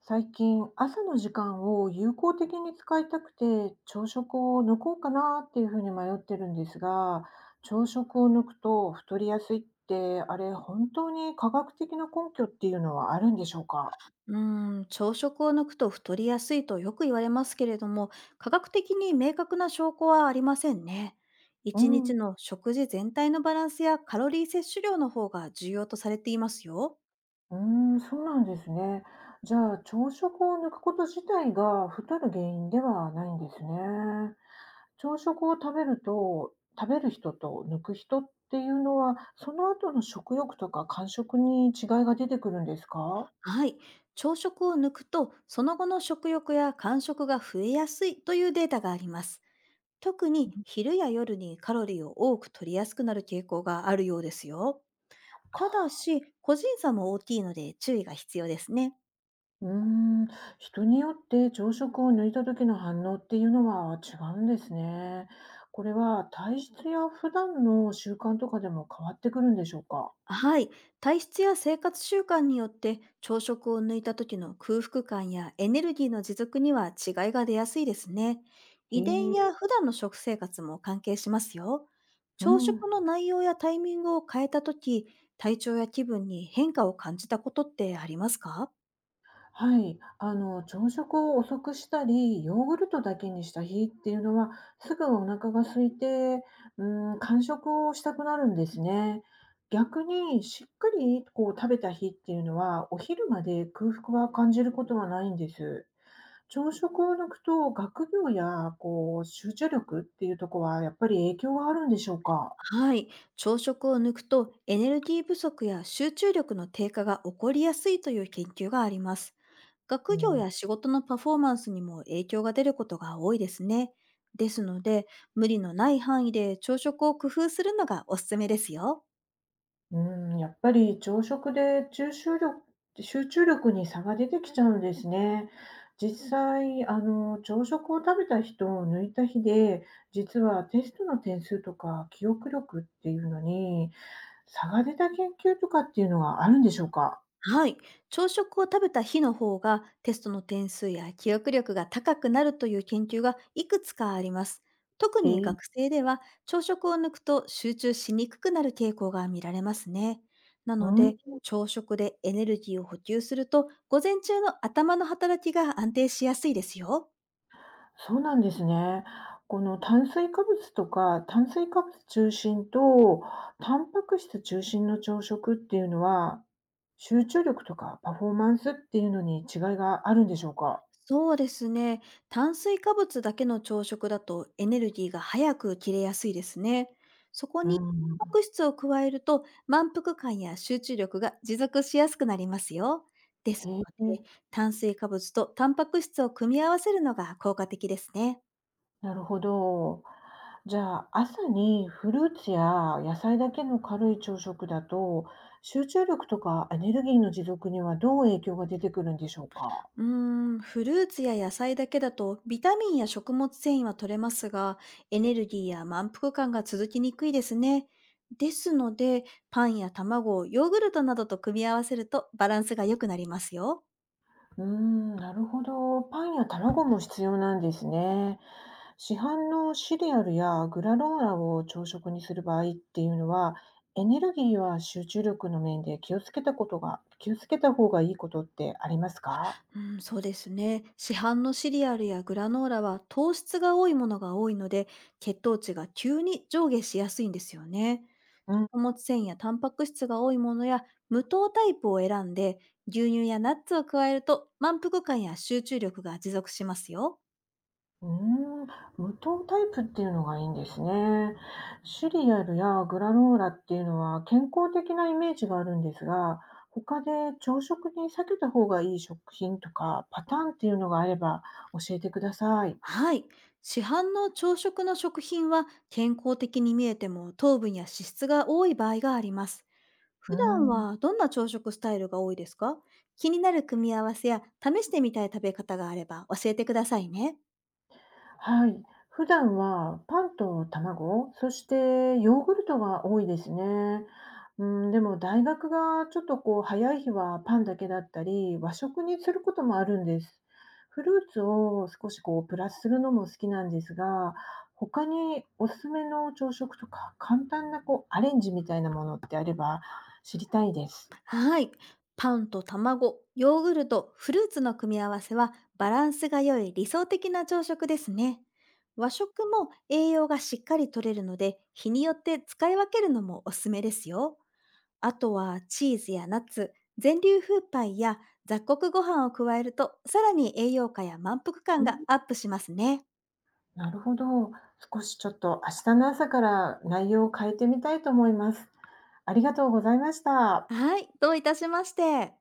最近、朝の時間を有効的に使いたくて、朝食を抜こうかなっていうふうに迷ってるんですが、朝食を抜くと太りやすいって、あれ本当に科学的な根拠っていうのはあるんでしょうか？うー朝食を抜くと太りやすいとよく言われますけれども、科学的に明確な証拠はありませんね。う一ん、う日の食事全体のバランスやカロリー摂取量の方が重要とされていますよ。ーん、そうなんですね。じゃあ、朝食を抜くこと自体が太る原因ではないんですね。朝食を食べる人と抜く人っていうのは、その後の食欲とか間食に違いが出てくるんですか？はい。朝食を抜くと、その後の食欲や間食が増えやすいというデータがあります。特に昼や夜にカロリーを多く取りやすくなる傾向があるようですよ。ただかし、個人差も大きいので注意が必要ですね。うーん、人によって朝食を抜いた時の反応っていうのは違うんですね。これは体質や普段の習慣とかでも変わってくるんでしょうか？はい。体質や生活習慣によって朝食を抜いた時の空腹感やエネルギーの持続には違いが出やすいですね。へ遺伝え、や普段の食生活も関係しますよ。う朝ん。食の内容やタイミングを変えた時、体調や気分に変化を感じたことってありますか？はい、朝食を遅くしたり、ヨーグルトだけにした日っていうのは、すぐお腹が空いて、うん、間食をしたくなるんですね。逆にしっかりこう食べた日っていうのは、お昼まで空腹は感じることはないんです。朝食を抜くと、学業やこう集中力っていうところはやっぱり影響があるんでしょうか？はい。朝食を抜くとエネルギー不足や集中力の低下が起こりやすいという研究があります。う学業ん。や仕事のパフォーマンスにも影響が出ることが多いですね。ですので、無理のない範囲で朝食を工夫するのがおすすめですよ。うん、やっぱり朝食で集中力に差が出てきちゃうんですね。実際、朝食を食べた人を抜いた日で、実はテストの点数とか記憶力っていうのに、差が出た研究とかっていうのはあるんでしょうか？はい。朝食を食べた日の方がテストの点数や記憶力が高くなるという研究がいくつかあります。特にえ、学生では、朝食を抜くと集中しにくくなる傾向が見られますね。なうのん。で、朝食でエネルギーを補給すると午前中の頭の働きが安定しやすいですよ。そうなんですね。この炭水化物とか、炭水化物中心と、タンパク質中心の朝食っていうのは、集中力とかパフォーマンスっていうのに違いがあるんでしょうか？そうですね。炭水化物だけの朝食だとエネルギーが早く切れやすいですね。そこうにタンパん。ク質を加えると満腹感や集中力が持続しやすくなりますよ。ですへのえ、で、炭水化物とタンパク質を組み合わせるのが効果的ですね。なるほど。じゃあ、朝にフルーツや野菜だけの軽い朝食だと、集中力とかエネルギーの持続にはどう影響が出てくるんでしょうか？うーフルーツや野菜だけだとビタミンや食物繊維は取れますが、エネルギーや満腹感が続きにくいですね。ですので、パンや卵をヨーグルトなどと組み合わせるとバランスが良くなりますよ。うーん、なるほど。パンや卵も必要なんですね。市販のシリアルやグラノーラを朝食にする場合っていうのは、エネルギーは集中力の面で気をつけた方がいいことってありますか？うん、そうですね。市販のシリアルやグラノーラは糖質が多いものが多いので、血糖値が急に上下しやすいんですよね。うん。食物繊維やタンパク質が多いものや無糖タイプを選んで、牛乳やナッツを加えると満腹感や集中力が持続しますよ。うーん、無糖タイプっていうのがいいんですね。シリアルやグラノーラっていうのは健康的なイメージがあるんですが、他で朝食に避けた方がいい食品とかパターンっていうのがあれば教えてください。はい。市販の朝食の食品は健康的に見えても糖分や脂質が多い場合があります。うー普段ん、はどんな朝食スタイルが多いですか？気になる組み合わせや試してみたい食べ方があれば教えてくださいね。はい。普段はパンと卵、そしてヨーグルトが多いですね。うん、でも大学がちょっとこう早い日はパンだけだったり、和食にすることもあるんです。フルーツを少しこうプラスするのも好きなんですが、他におすすめの朝食とか簡単なこうアレンジみたいなものってあれば知りたいです。はい。パンと卵、ヨーグルト、フルーツの組み合わせはバランスが良い理想的な朝食ですね。和食も栄養がしっかり取れるので、日によって使い分けるのもおすすめですよ。あとはチーズやナッツ、全粒粉パイや雑穀ご飯を加えると、さらに栄養価や満腹う感がん、アップしますね。なるほど。少しちょっと明日の朝から内容を変えてみたいと思います。ありがとうございました。はい、どういたしまして。